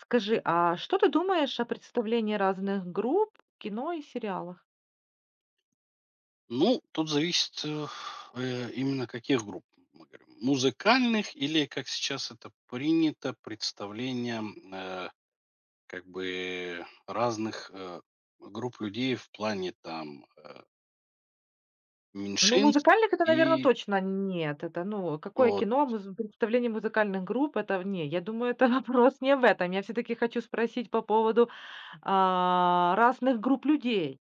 Скажи, а что ты думаешь о представлении разных групп в кино и сериалах? Ну, тут зависит, именно каких групп мы говорим. Музыкальных или, как сейчас это принято, представлением, как бы разных, групп людей в плане там, Ну, меньшинств музыкальных это, наверное, и точно нет. Это, ну, какое вот. кино, муз представление музыкальных групп — это не, я думаю, это вопрос не в этом. Я все таки хочу спросить по поводу, разных групп людей.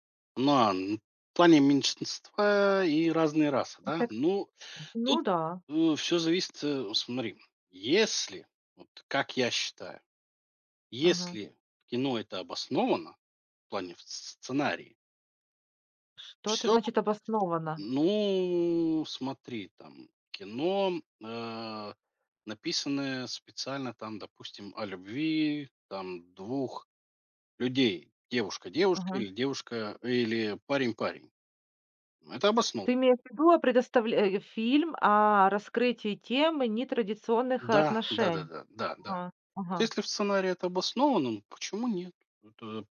На н В плане меньшинства и разные расы, да? Так, Ну, ну тут, да, все зависит, смотри, если, вот как я считаю. ага. Если в кино это обосновано, в плане в с сценарии, Что это всё, значит обоснованно? ну, смотри, там кино, написанное специально там, допустим, о любви, там двух людей: Ага. Девушка или парень. Это обосновано. Ты имеешь в виду, фильм о раскрытии темы нетрадиционных Да, отношений? да-да-да, да-да. Ага, Вот ага. если в сценарии это обосновано, ну, почему нет? Это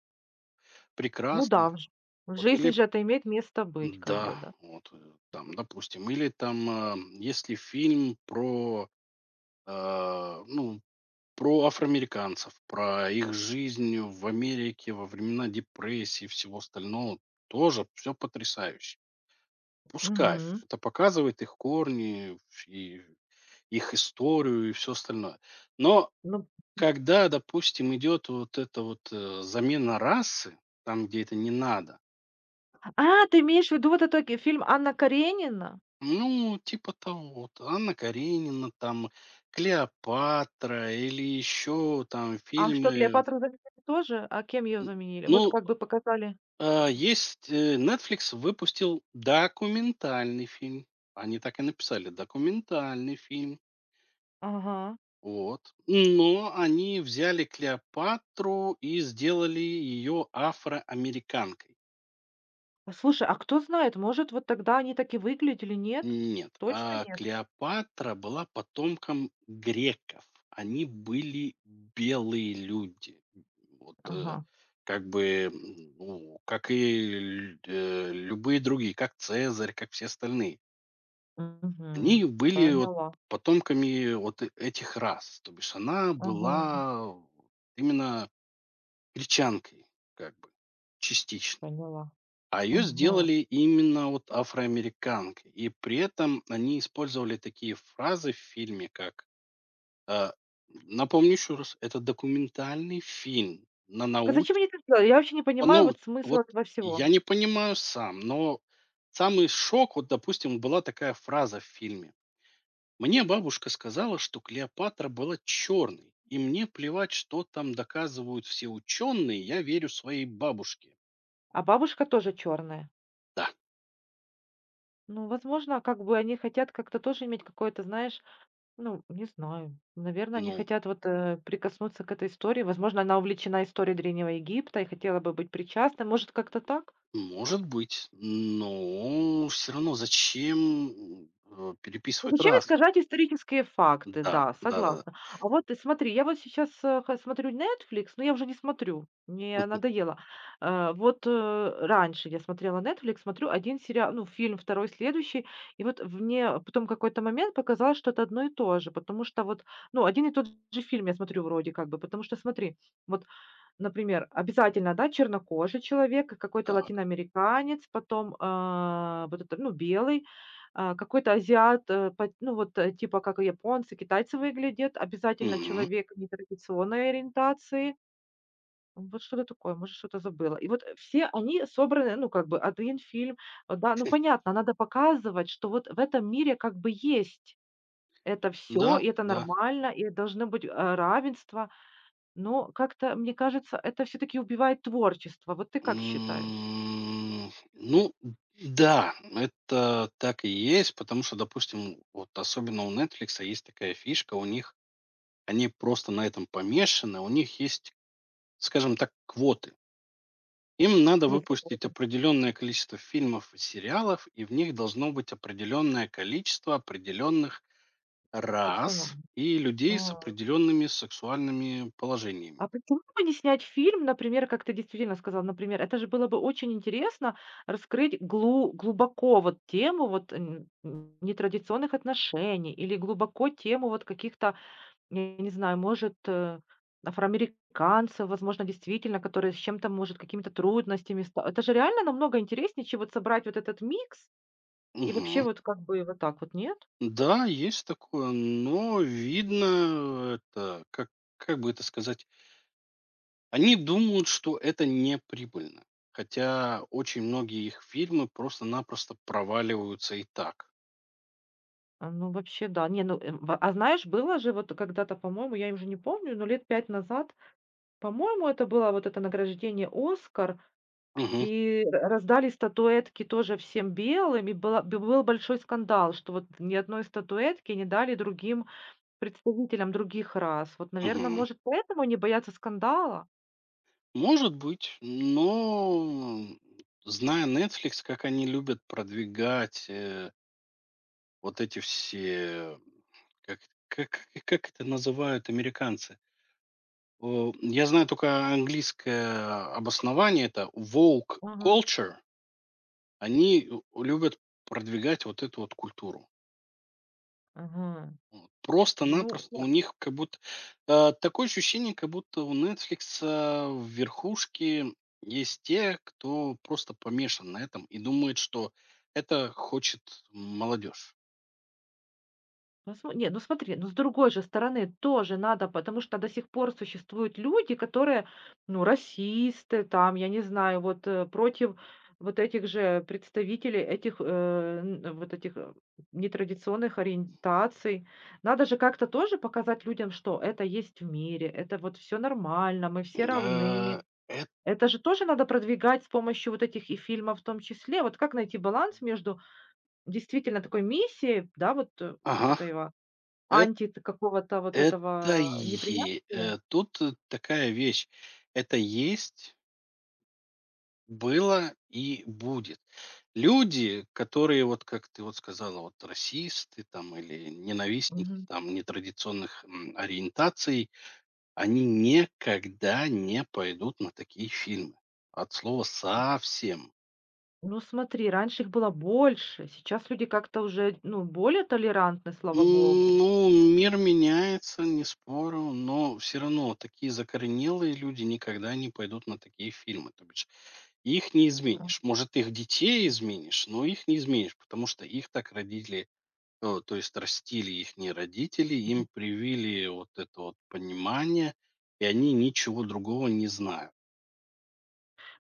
Ну прекрасно. да, в Вот жизни или же это имеет место быть, как Да, бы, да. вот там, допустим, или там, если фильм про, ну, про афроамериканцев, про их жизнь в Америке во времена депрессии и всего остального, тоже все потрясающе. Пускай Мгм. это показывает их корни и их историю и все остальное. Но Ну, когда, допустим, идет вот эта вот замена расы, там, где это не надо. Ты имеешь в виду вот этот ки фильм «Анна Каренина»? Ну, типа того. Т Анна Каренина, там, "Клеопатра" или еще там А что, фильмы. Клеопатру заменили тоже? А кем ее М, заменили? Вот ну, как бы показали. Есть, "Нетфликс" выпустил документальный фильм. Они так и написали: "Документальный фильм". Ага. Вот. Но они взяли "Клеопатру" и сделали ее афроамериканкой. А, слушай, а кто знает, может, вот тогда они так и выглядели, нет? Нет, Точно а нет? Клеопатра была потомком греков. Они были белые люди. Вот Ага. как бы, ну, как и любые другие, как Цезарь, как все остальные. Они Мгм. были вот Поняла. потомками вот этих рас. То бишь она Ага. была именно гречанкой, как бы, частично. Поняла. А ее Ага. сделали именно вот афроамериканкой. И при этом они использовали такие фразы в фильме, как э, напомню еще раз, это документальный фильм на Так а зачем науч, они так делали? Я вообще не по понимаю нау- вот смысл Вот этого я всего. не понимаю сам, но самый шок, вот, допустим, была такая фраза в фильме. Мне бабушка сказала, что Клеопатра была черной, и мне плевать, что там доказывают все ученые, я верю своей бабушке. А бабушка тоже черная. Да, Ну, возможно, как бы они хотят как-то тоже иметь какое-то, знаешь, ну, не знаю. Наверное, они ну. хотят вот прикоснуться к этой истории. Возможно, она увлечена историей Древнего Египта и хотела бы быть причастной. Может, как-то так? Может быть, но все равно зачем Ну, переписывать зачем раз? искажать исторические факты? Да, Да, да, да, да. согласна. А вот ты смотри, я вот сейчас, э, ха смотрю Netflix, но я уже не смотрю, мне надоело. Вот, раньше я смотрела Netflix, смотрю один сериал, ну, фильм, второй, следующий, и вот в мне потом какой-то момент показалось, что это одно и то же, потому что вот, ну, один и тот же фильм я смотрю вроде как бы, потому что смотри, вот. Например, обязательно, да, чернокожий человек, и какой-то Так. латиноамериканец, потом, вот это, ну, белый, какой-то азиат, э, по ну, вот, типа как японцы, китайцы выглядят, обязательно Мгм. человек нетрадиционной ориентации. Вот что-то такое, может, что-то забыла. И вот все они собраны, ну, как бы один фильм. Да, ну, понятно, надо показывать, что вот в этом мире как бы есть это Да, все и это да. нормально, и должно быть, равенство. Но как-то, мне кажется, это все таки убивает творчество. Вот ты как считаешь? Ну, да, это так и есть, потому что, допустим, вот особенно у Netflix есть такая фишка, у них они просто на этом помешаны, у них есть, скажем так, квоты. Им В надо смысле выпустить вот определенное количество фильмов и сериалов, и в них должно быть определенное количество определенных персонажа? рас и людей с А. определенными сексуальными положениями. А почему бы не снять фильм, например, как ты действительно сказал, например, это же было бы очень интересно раскрыть глубоко вот тему вот, н н нетрадиционных отношений или глубоко тему вот каких-то, я не знаю, может, афроамериканцев, возможно, действительно, которые с чем-то, может, какими-то трудностями ста Это же реально намного интереснее, чем вот собрать вот этот микс. И Мгм. вообще вот как бы вот так вот нет. Да, есть такое, но видно, это, как бы это сказать, они думают, что это не прибыльно. Хотя очень многие их фильмы просто-напросто проваливаются и так. А, ну, вообще, да. Не, ну, в а знаешь, было же вот когда-то, по-моему, я уже не помню, но лет 5 назад, по-моему, это было вот это награждение «Оскар», Мгм. и р раздали статуэтки тоже всем белым, и был большой скандал, что вот ни одной статуэтки не дали другим представителям других рас. Вот, наверное Мгм. может, поэтому они боятся скандала? Может быть, но зная Netflix, как они любят продвигать, вот эти все, как как это называют американцы? О, я знаю только английское обоснование — это woke Ага, culture. Они у любят продвигать вот эту вот культуру. ага. Вот. Ну, Просто-напросто у них как будто, такое ощущение, как будто у Netflix в верхушке есть те, кто просто помешан на этом и думает, что это хочет молодежь. ну, смо нет, ну смотри, ну, с другой же стороны тоже надо, потому что до сих пор существуют люди, которые, ну, расисты, там, я не знаю, вот, против вот этих же представителей этих, э, н вот этих, нетрадиционных ориентаций. Надо же как-то тоже показать людям, что это есть в мире, это вот все нормально, мы все Э, равны. эт Это же тоже надо продвигать с помощью вот этих и фильмов в том числе. Вот как найти баланс между действительно такой миссией, да, вот, вот Ага. этого Анти т какого-то вот Это этого неприятия? Тут такая вещь. Это есть, было и будет. Люди, которые, вот как ты вот сказала, вот расисты там или ненавистники Мгм. там нетрадиционных ориентаций, они никогда не пойдут на такие фильмы. От слова совсем. Ну, смотри, раньше их было больше, сейчас люди как-то уже, ну, более толерантны, М, слава богу. Ну, мир меняется, не спорю, но все равно такие закоренелые люди никогда не пойдут на такие фильмы. То бишь. Их не изменишь. Может, их детей изменишь, но их не изменишь, потому что их так родители, то есть растили их не родители, им привили вот это вот понимание, и они ничего другого не знают.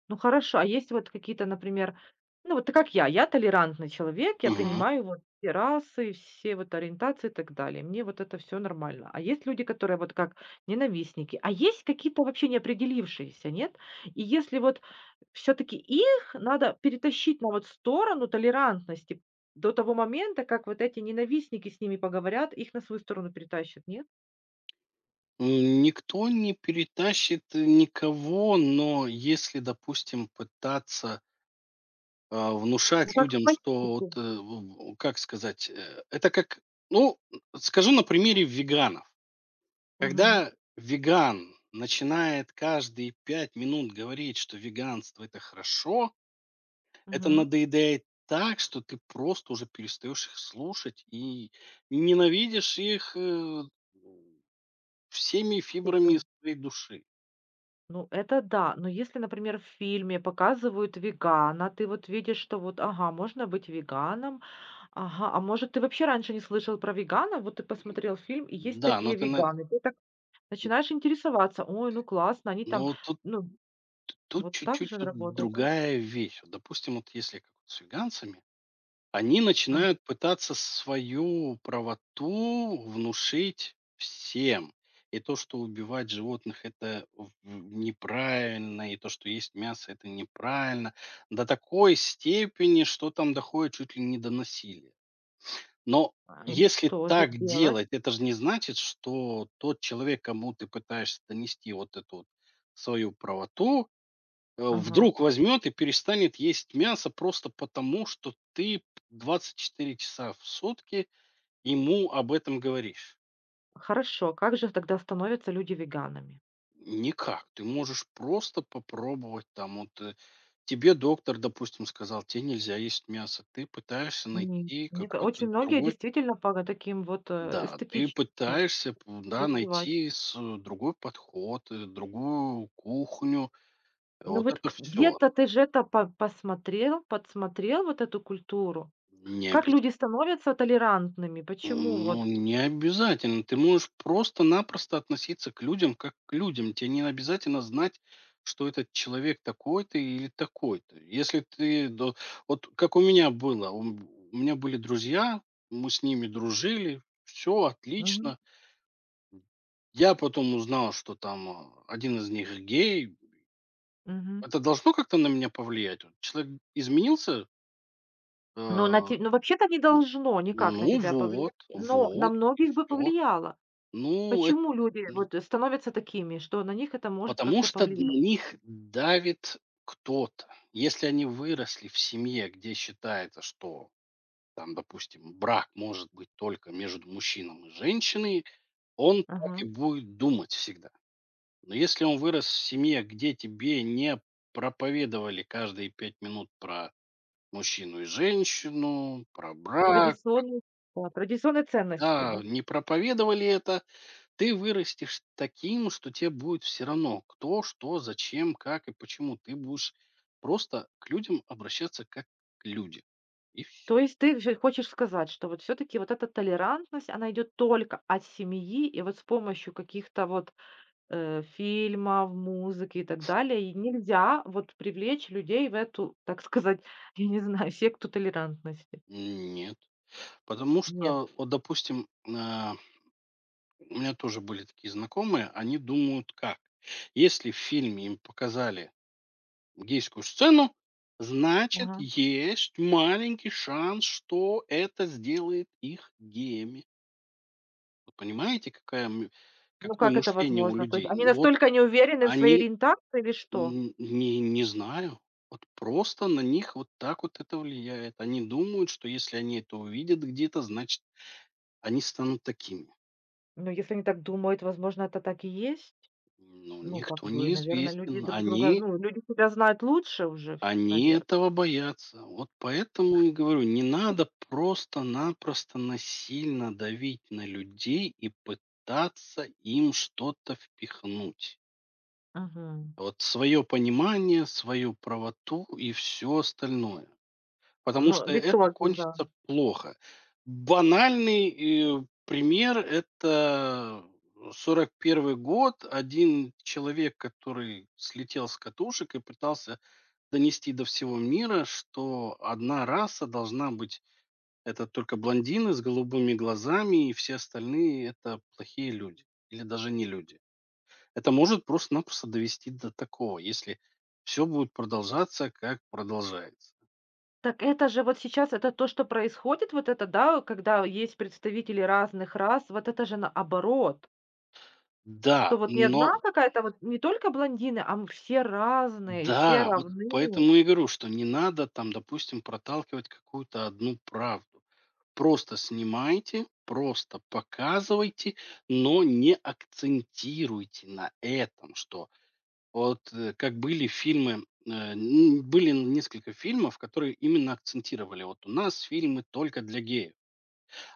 Ну хорошо, а есть вот какие-то, например, ну вот ты как я толерантный человек, я Мгм. принимаю вот все расы, все вот ориентации и так далее. Мне вот это все нормально. А есть люди, которые вот как ненавистники, а есть какие-то вообще неопределившиеся, нет? И если вот все-таки их надо перетащить на вот сторону толерантности до того момента, как вот эти ненавистники с ними поговорят, их на свою сторону перетащат, нет? Никто не перетащит никого, но если, допустим, пытаться, Ну внушать как в людям, что вот, политике. Как сказать, это как, ну, скажу на примере веганов. Мгм, Когда веган начинает каждые 5 минут говорить, что веганство — это хорошо, это мгм. надоедает так, что ты просто уже перестаешь их слушать и ненавидишь их всеми фибрами своей души. Ну, это да. Но если, например, в фильме показывают вегана, ты вот видишь, что вот, ага, можно быть веганом, ага, а может, ты вообще раньше не слышал про веганов, вот ты посмотрел фильм, и есть Да, но такие ты на веганы. Ты так начинаешь интересоваться, ой, ну классно, они там, но тут ну, вот так же чуть-чуть вот работают. Вот. другая вещь. Вот, допустим, вот если как с веганцами. Они Мгм. начинают пытаться свою правоту внушить всем. И то, что убивать животных это неправильно, и то, что есть мясо это неправильно, до такой степени, что там доходит чуть ли не до насилия. Но А, и если что же так делать? делать, это же не значит, что тот человек, кому ты пытаешься донести вот эту вот свою правоту, Ага. вдруг возьмет и перестанет есть мясо просто потому, что ты 24 часа в сутки ему об этом говоришь. Хорошо, как же тогда становятся люди веганами? Никак. Ты можешь просто попробовать там вот тебе доктор, допустим, сказал, тебе нельзя есть мясо. Ты пытаешься Не, найти мне какой-то очень многие другой, действительно по таким вот да, ты эстетическим вот, пытаешься, да, переживать. найти другой подход, другую кухню. Ну Вот вот это к все. где-то ты же это по посмотрел, подсмотрел вот эту культуру. Не Как люди обязательно. становятся толерантными? Почему Ну, вот? не обязательно. Ты можешь просто-напросто относиться к людям как к людям. Тебе не обязательно знать, что этот человек такой-то или такой-то. Если ты... до- Вот как у меня было. У меня были друзья, мы с ними дружили, все Мгм, отлично. Я потом узнал, что там, один из них гей. мгм. Это должно как-то на меня повлиять? Вот. Человек изменился? Но на те Э, ну, вообще-то не должно никак на Ну тебя вот, повлиять, но на вот, и многих бы все. повлияло. Ну, Почему люди это. вот становятся такими, что на них это может Потому как-то что на повлиять? них давит кто-то. Если они выросли в семье, где считается, что там, допустим, брак может быть только между мужчином и женщиной, он так и Ага. будет думать всегда. Но если он вырос в семье, где тебе не проповедовали каждые 5 минут про мужчину и женщину, про брак, Традиционные да, традиционные ценности, да, да? не проповедовали это, ты вырастешь таким, что тебе будет все равно, кто, что, зачем, как и почему. Ты будешь просто к людям обращаться как к людям. И вс То есть ты же хочешь сказать, что вот все таки вот эта толерантность, она идет только от семьи и вот с помощью каких-то вот фильмов, музыки и так далее. И нельзя вот привлечь людей в эту, так сказать, я не знаю, секту толерантности. Нет. Потому Нет. что, вот, допустим, у меня тоже были такие знакомые, они думают как: если в фильме им показали гейскую сцену, значит, Ага. есть маленький шанс, что это сделает их геями. Вы понимаете, какая мы Ну какое как это мышление у возможно? То есть людей? они Ну вот. настолько не уверены в своей Они ориентации или что? н не Не знаю. Вот просто на них вот так вот это влияет. Они думают, что если они это увидят где-то, значит, они станут такими. Ну, если они так думают, возможно, это так и есть. Ну, Ну, как никто бы, не наверное, люди известен. друг друга, ну, люди себя знают лучше уже, Они наверное. этого боятся. Вот поэтому и говорю, не надо просто-напросто насильно давить на людей и пытаться им что-то впихнуть. Мгм. Вот свое понимание, свою правоту и все остальное. Потому Но что в это итоге, да. кончится плохо. Банальный, пример — это 41-й год. Один человек, который слетел с катушек и пытался донести до всего мира, что одна раса должна быть — это только блондины с голубыми глазами, и все остальные — это плохие люди или даже не люди. Это может просто-напросто довести до такого, если все будет продолжаться, как продолжается. Так это же вот сейчас, это то, что происходит, вот это, да, когда есть представители разных рас, вот это же наоборот. Да, Что вот не но. одна какая-то а вот, не только блондины, а мы все разные и все Да, вот равны. поэтому и говорю, что не надо там, допустим, проталкивать какую-то одну правду. Просто снимайте, просто показывайте, но не акцентируйте на этом, что вот, как были фильмы, были несколько фильмов, которые именно акцентировали. Вот у нас фильмы только для геев.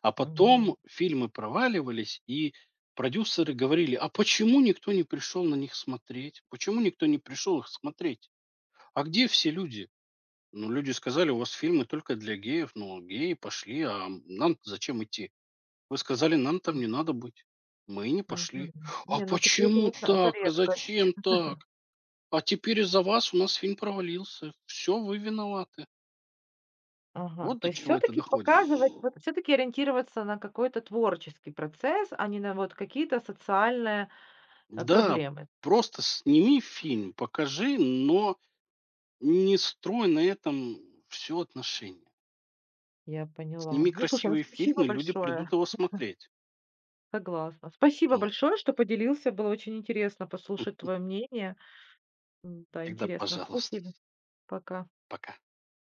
А Мгм. потом фильмы проваливались, и продюсеры говорили, а почему никто не пришел на них смотреть? Почему никто не пришел их смотреть? А где все люди? Ну, люди сказали, у вас фильмы только для геев, ну геи пошли, а нам зачем идти? Вы сказали, нам там М. не надо быть. Мы и не пошли. Мгм. А Не, ну такие, почему конечно, это так? А редкость. зачем так? А теперь из-за вас у нас фильм провалился. Все, вы виноваты. Ага. Вот То до есть чего все это таки доходит. показывать, вот все таки ориентироваться на какой-то творческий процесс, а не на вот какие-то социальные, Да, проблемы. просто сними фильм, покажи, но не строй на этом все отношения. Я поняла. Сними Ну, слушай, ну красивые спасибо фильмы, люди большое. придут его смотреть. Согласна. Спасибо Вот. большое, что поделился. Было очень интересно послушать твое мнение. Да, Тогда, интересно. пожалуйста. Спасибо. Пока. Пока.